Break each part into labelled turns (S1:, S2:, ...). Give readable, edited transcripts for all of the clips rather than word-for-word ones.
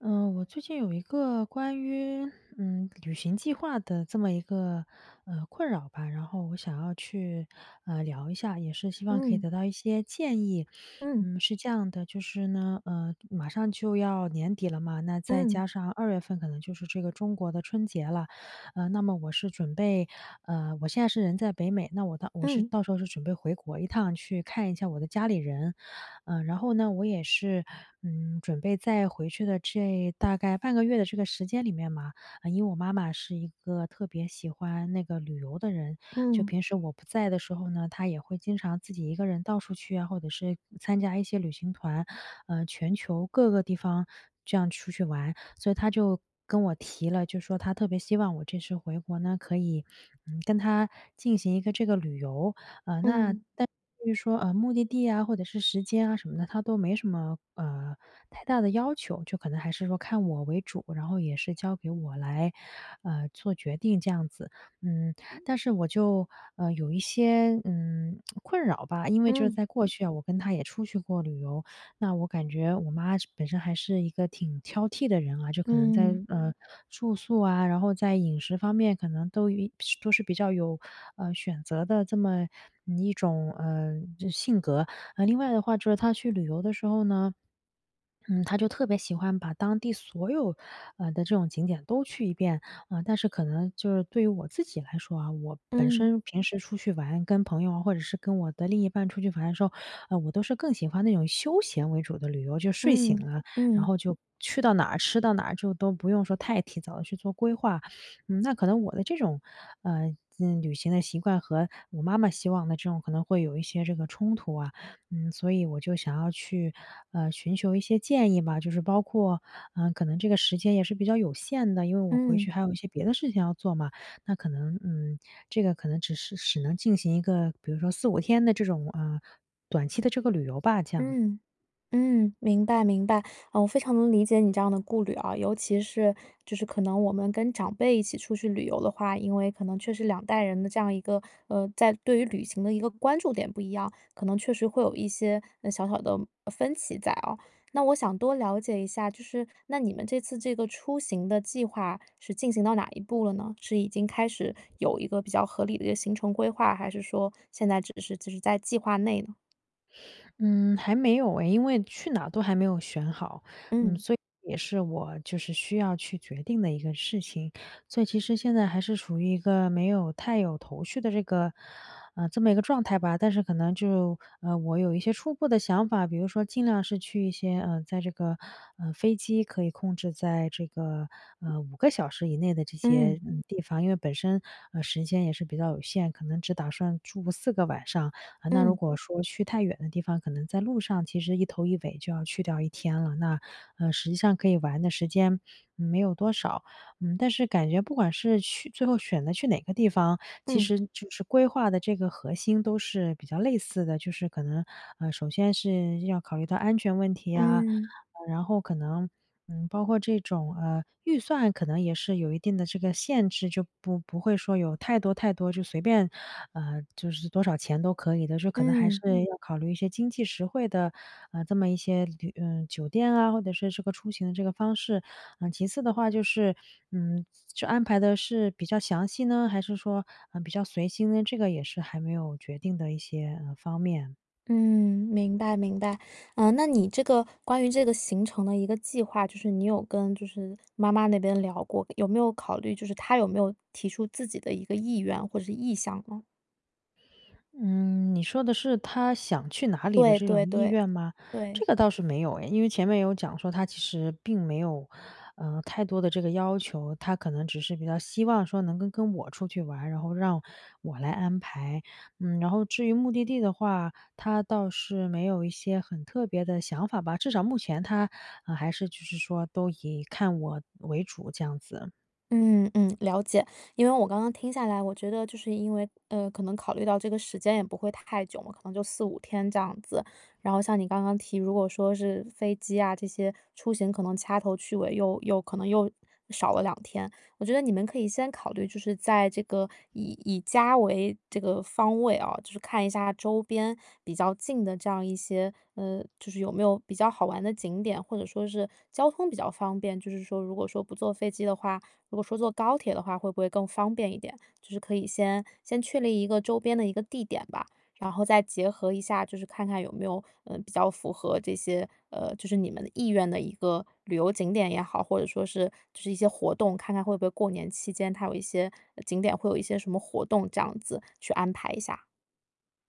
S1: 嗯，我最近有一个关于旅行计划的这么一个困扰吧，然后我想要去聊一下，也是希望可以
S2: 嗯
S1: 得到一些建议。
S2: 嗯
S1: 是这样的，就是呢，马上就要年底了嘛，那再
S2: 嗯
S1: 加上2月份可能就是这个中国的春节了，那么我是准备我现在是人在北美，那我到我是
S2: 嗯
S1: 到时候是准备回国一趟去看一下我的家里人，然后呢，我也是，准备在回去的这大概半个月的这个时间里面嘛，啊，因为我妈妈是一个特别喜欢那个旅游的人，就
S2: 嗯
S1: 平时我不在的时候呢，她也会经常自己一个人到处去啊，或者是参加一些旅行团，全球各个地方这样出去玩，所以她就跟我提了，就说她特别希望我这次回国呢，可以，跟她进行一个这个旅游。
S2: 嗯
S1: 那
S2: 嗯
S1: 但至于说，目的地啊，或者是时间啊什么的，他都没什么，太大的要求，就可能还是说看我为主，然后也是交给我来，做决定这样子。嗯，但是我就，有一些，困扰吧，因为就是
S2: 嗯
S1: 在过去啊，我跟他也出去过旅游，那我感觉我妈本身还是一个挺挑剔的人啊，就可能在
S2: 嗯
S1: 住宿啊，然后在饮食方面，可能都是比较有选择的这么一种就性格。另外的话就是她去旅游的时候呢。嗯，他就特别喜欢把当地所有，的这种景点都去一遍，啊，但是可能就是对于我自己来说啊，我本身平时出去玩，跟朋友啊，或者是跟我的另一半出去玩的时候，我都是更喜欢那种休闲为主的旅游，就睡醒
S2: 嗯
S1: 了，然
S2: 嗯
S1: 后就去到哪儿吃到哪儿，就都不用说太提早的去做规划。那可能我的这种，呃，旅行的习惯和我妈妈希望的这种可能会有一些这个冲突啊，所以我就想要去，寻求一些建议吧，就是包括，可能这个时间也是比较有限的，因为我回
S2: 嗯
S1: 去还有一些别的事情要做嘛，那可能，这个可能只能进行一个，比如说4、5天的这种，短期的这个旅游吧，这样。
S2: 嗯。嗯，明白明白，啊，我非常能理解你这样的顾虑啊，尤其是就是可能我们跟长辈一起出去旅游的话，因为可能确实两代人的这样一个在对于旅行的一个关注点不一样，可能确实会有一些小小的分歧在啊。那我想多了解一下，就是那你们这次这个出行的计划是进行到哪一步了呢？是已经开始有一个比较合理的一个行程规划，还是说现在只是在计划内呢？
S1: 嗯，还没有诶，因为去哪都还没有选好，
S2: 嗯
S1: 所以也是我就是需要去决定的一个事情，所以其实现在还是处于一个没有太有头绪的这个，这么一个状态吧。但是可能就我有一些初步的想法，比如说尽量是去一些在这个飞机可以控制在这个5个小时以内的这些
S2: 嗯
S1: 地方，因为本身时间也是比较有限，可能只打算住4个晚上。啊，那如
S2: 嗯
S1: 果说去太远的地方，可能在路上其实一头一尾就要去掉一天了，那，实际上可以玩的时间，没有多少。但是感觉不管是去最后选择去哪个地方，其
S2: 嗯。
S1: 实就是规划的这个核心都是比较类似的，就是可能，首先是要考虑到安全问题啊，
S2: 嗯，
S1: 然后可能，包括这种，预算可能也是有一定的这个限制，就不会说有太多太多就随便，就是多少钱都可以的，就可能还是
S2: 嗯，
S1: 要考虑一些经济实惠的，这么一些酒店啊，或者是这个出行的这个方式。其次的话就是，嗯，就安排的是比较详细呢，还是说，比较随心呢？这个也是还没有决定的一些，方面。
S2: 嗯，明白明白。嗯，那你这个关于这个行程的一个计划，就是你有跟就是妈妈那边聊过，有没有考虑就是她有没有提出自己的一个意愿或者是意向呢？
S1: 嗯，你说的是他想去哪里的
S2: 对
S1: 这
S2: 对
S1: 种意
S2: 对，
S1: 愿吗？这
S2: 对。
S1: 个倒是没有诶，因为前面有讲说他其实并没有，太多的这个要求，他可能只是比较希望说能跟我出去玩，然后让我来安排。然后至于目的地的话，他倒是没有一些很特别的想法吧，至少目前他，还是就是说都以看我为主这样子。
S2: 嗯嗯，了解。因为我刚刚听下来，我觉得就是因为，可能考虑到这个时间也不会太久嘛，可能就四五天这样子。然后像你刚刚提，如果说是飞机啊，这些出行可能掐头去尾又可能又少了两天。我觉得你们可以先考虑，就是在这个以家为这个方位啊，就是看一下周边比较近的这样一些，就是有没有比较好玩的景点，或者说是交通比较方便。就是说如果说不坐飞机的话，如果说坐高铁的话，会不会更方便一点？就是可以先确立一个周边的一个地点吧，然后再结合一下，就是看看有没有比较符合这些，就是你们的意愿的一个旅游景点也好，或者说是就是一些活动，看看会不会过年期间它有一些景点会有一些什么活动，这样子去安排一下。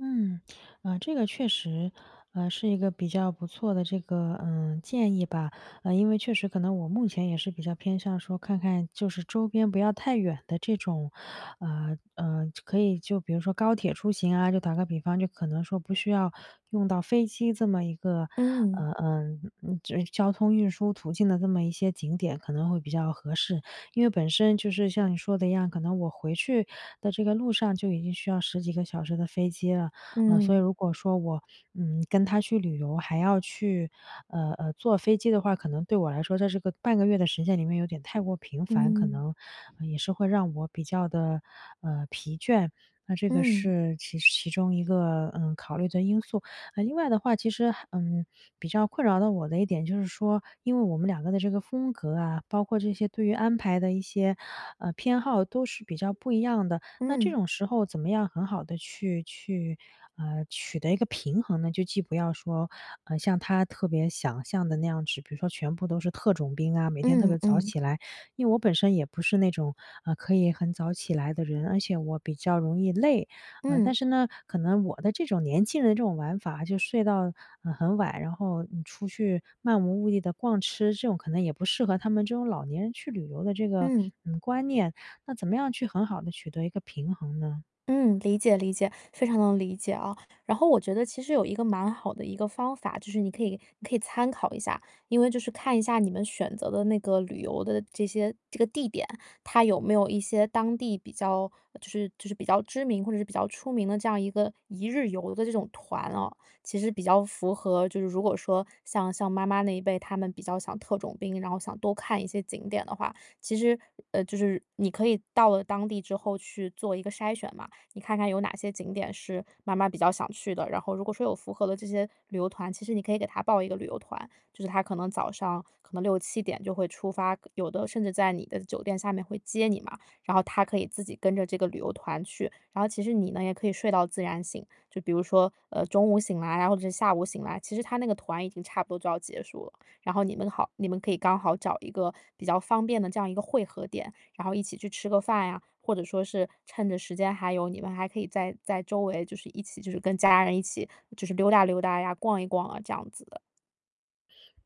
S1: 嗯，啊，这个确实，是一个比较不错的这个，建议吧。因为确实可能我目前也是比较偏向说看看就是周边不要太远的这种，可以就比如说高铁出行啊，就打个比方，就可能说不需要用到飞机这么一个，
S2: 嗯
S1: 这交通运输途径的这么一些景点可能会比较合适。因为本身就是像你说的一样，可能我回去的这个路上就已经需要十几个小时的飞机了。啊，所以
S2: 嗯
S1: 如果说我，跟他去旅游，还要去，坐飞机的话，可能对我来说，在这个半个月的时间里面有点太过频繁，可
S2: 嗯
S1: 能，也是会让我比较的，疲倦。那这个
S2: 嗯
S1: 是其中一个，考虑的因素。另外的话，其实，比较困扰到我的一点就是说，因为我们两个的这个风格啊，包括这些对于安排的一些，偏好都是比较不一样的。那这
S2: 嗯
S1: 种时候怎么样很好的去，取得一个平衡呢？就既不要说，像他特别想象的那样子，比如说全部都是特种兵啊，每天特
S2: 嗯
S1: 别早
S2: 嗯
S1: 起来。因为我本身也不是那种，可以很早起来的人，而且我比较容易累。
S2: 嗯
S1: 但
S2: 嗯
S1: 是呢，可能我的这种年轻人这种玩法，就睡到，很晚，然后，你出去漫无目的的逛吃，这种可能也不适合他们这种老年人去旅游的这个，
S2: 嗯。
S1: 观念。那怎么样去很好的取得一个平衡呢？
S2: 嗯，理解理解，非常能理解啊。然后我觉得其实有一个蛮好的一个方法，就是你可以参考一下，因为就是看一下你们选择的那个旅游的这些这个地点，它有没有一些当地比较就是比较知名或者是比较出名的这样一个1日游的这种团哦，其实比较符合就是如果说像妈妈那一辈，他们比较想特种兵，然后想多看一些景点的话，其实就是你可以到了当地之后去做一个筛选嘛。你看看有哪些景点是妈妈比较想去的，然后如果说有符合的这些旅游团，其实你可以给她报一个旅游团，就是她可能早上可能六七点就会出发，有的甚至在你的酒店下面会接你嘛，然后她可以自己跟着这个旅游团去，然后其实你呢也可以睡到自然醒，就比如说，中午醒来啊，或者是下午醒来，其实他那个团已经差不多就要结束了，然后你们可以刚好找一个比较方便的这样一个汇合点，然后一起去吃个饭呀，或者说是趁着时间还有，你们还可以在周围就是一起就是跟家人一起就是溜达溜达呀，逛一逛啊，这样子的。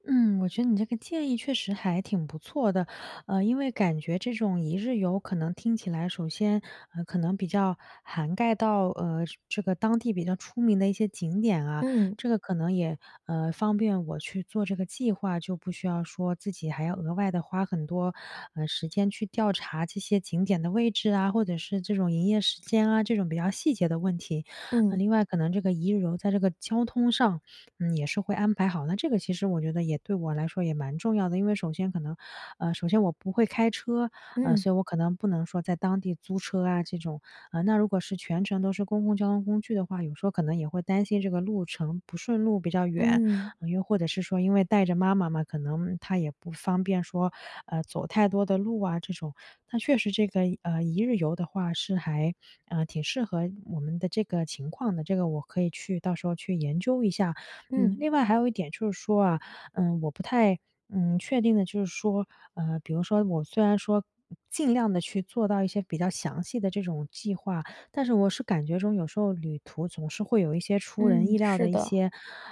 S1: 嗯，我觉得你这个建议确实还挺不错的，因为感觉这种一日游可能听起来，首先，可能比较涵盖到，这个当地比较出名的一些景点啊，
S2: 嗯，
S1: 这个可能也，方便我去做这个计划，就不需要说自己还要额外的花很多，时间去调查这些景点的位置啊，或者是这种营业时间啊，这种比较细节的问题。
S2: 嗯，
S1: 另外可能这个一日游在这个交通上也是会安排好。那这个其实我觉得也对我来说也蛮重要的，因为首先可能，首先我不会开车，
S2: 嗯，
S1: 所以我可能不能说在当地租车啊这种，那如果是全程都是公共交通工具的话，有时候可能也会担心这个路程不顺路比较远，
S2: 嗯，
S1: 又或者是说因为带着妈妈嘛，可能她也不方便说，走太多的路啊这种。那确实这个一日游的话是还挺适合我们的这个情况的，这个我可以去到时候去研究一下。
S2: 嗯，
S1: 另外还有一点就是说啊，我不太，确定的就是说，比如说我虽然说尽量的去做到一些比较详细的这种计划，但是我是感觉中有时候旅途总是会有一些出人意
S2: 嗯，
S1: 料
S2: 是
S1: 的一
S2: 的，
S1: 些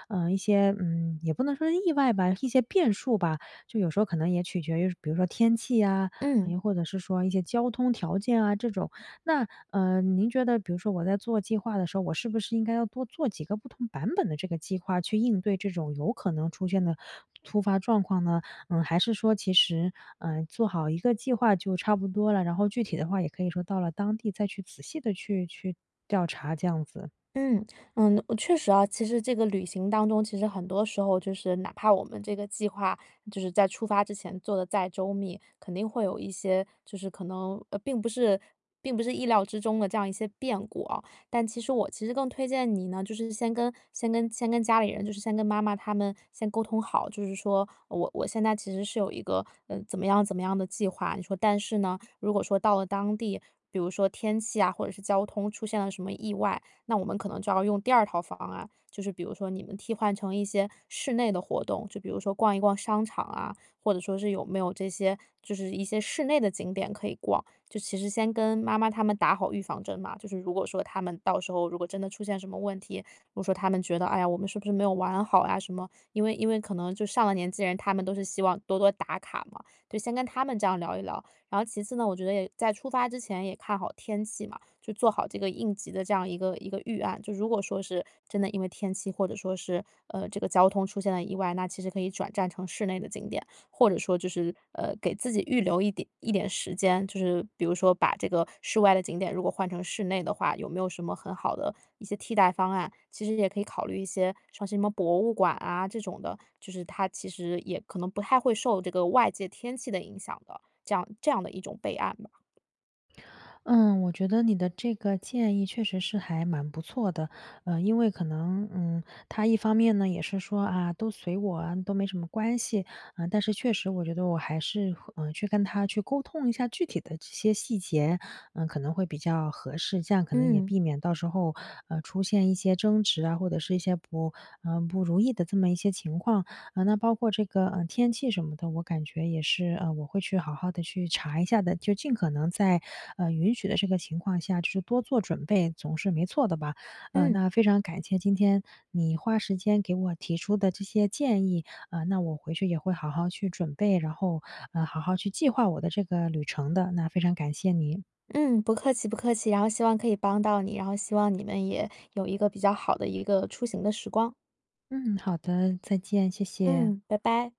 S1: 一些，也不能说是意外吧，一些变数吧。就有时候可能也取决于比如说天气啊，
S2: 嗯。
S1: 又或者是说一些交通条件啊这种，那，您觉得比如说我在做计划的时候，我是不是应该要多做几个不同版本的这个计划，去应对这种有可能出现的突发状况呢？还是说其实，做好一个计划就差不多了，然后具体的话也可以说到了当地再去仔细的去调查这样子？
S2: 嗯嗯，我确实啊，其实这个旅行当中，其实很多时候就是哪怕我们这个计划就是在出发之前做的再周密，肯定会有一些就是可能并不是意料之中的这样一些变故啊。但其实我其实更推荐你呢，就是先跟家里人，就是先跟妈妈他们先沟通好，就是说我现在其实是有一个怎么样怎么样的计划，你说但是呢，如果说到了当地。比如说天气啊，或者是交通出现了什么意外，那我们可能就要用第二套方案，就是比如说你们替换成一些室内的活动，就比如说逛一逛商场啊，或者说是有没有这些就是一些室内的景点可以逛。就其实先跟妈妈他们打好预防针嘛，就是如果说他们到时候如果真的出现什么问题，如果说他们觉得，哎呀，我们是不是没有玩好呀、什么？因为可能就上了年纪人，他们都是希望多多打卡嘛，就先跟他们这样聊一聊。然后其次呢，我觉得也在出发之前也看好天气嘛，就做好这个应急的这样一个预案。就如果说是真的因为天气或者说是这个交通出现了意外，那其实可以转战成室内的景点，或者说就是给自己预留一点时间，就是比如说把这个室外的景点如果换成室内的话，有没有什么很好的一些替代方案？其实也可以考虑一些像是什么博物馆啊这种的，就是它其实也可能不太会受这个外界天气的影响的，这样的一种备案吧。
S1: 嗯，我觉得你的这个建议确实是还蛮不错的，因为可能，他一方面呢也是说啊，都随我啊，都没什么关系，啊、但是确实我觉得我还是，去跟他去沟通一下具体的这些细节，可能会比较合适，这样可能也
S2: 嗯
S1: 避免到时候，出现一些争执啊，或者是一些不如意的这么一些情况。啊，那包括这个，天气什么的，我感觉也是，我会去好好的去查一下的，就尽可能在，允许的这个情况下，就是多做准备，总是没错的吧。
S2: 嗯。
S1: 那非常感谢今天你花时间给我提出的这些建议，那我回去也会好好去准备，然后，好好去计划我的这个旅程的，那非常感谢你。
S2: 嗯，不客气不客气，然后希望可以帮到你，然后希望你们也有一个比较好的一个出行的时光。
S1: 嗯，好的，再见，谢谢。
S2: 嗯，拜拜。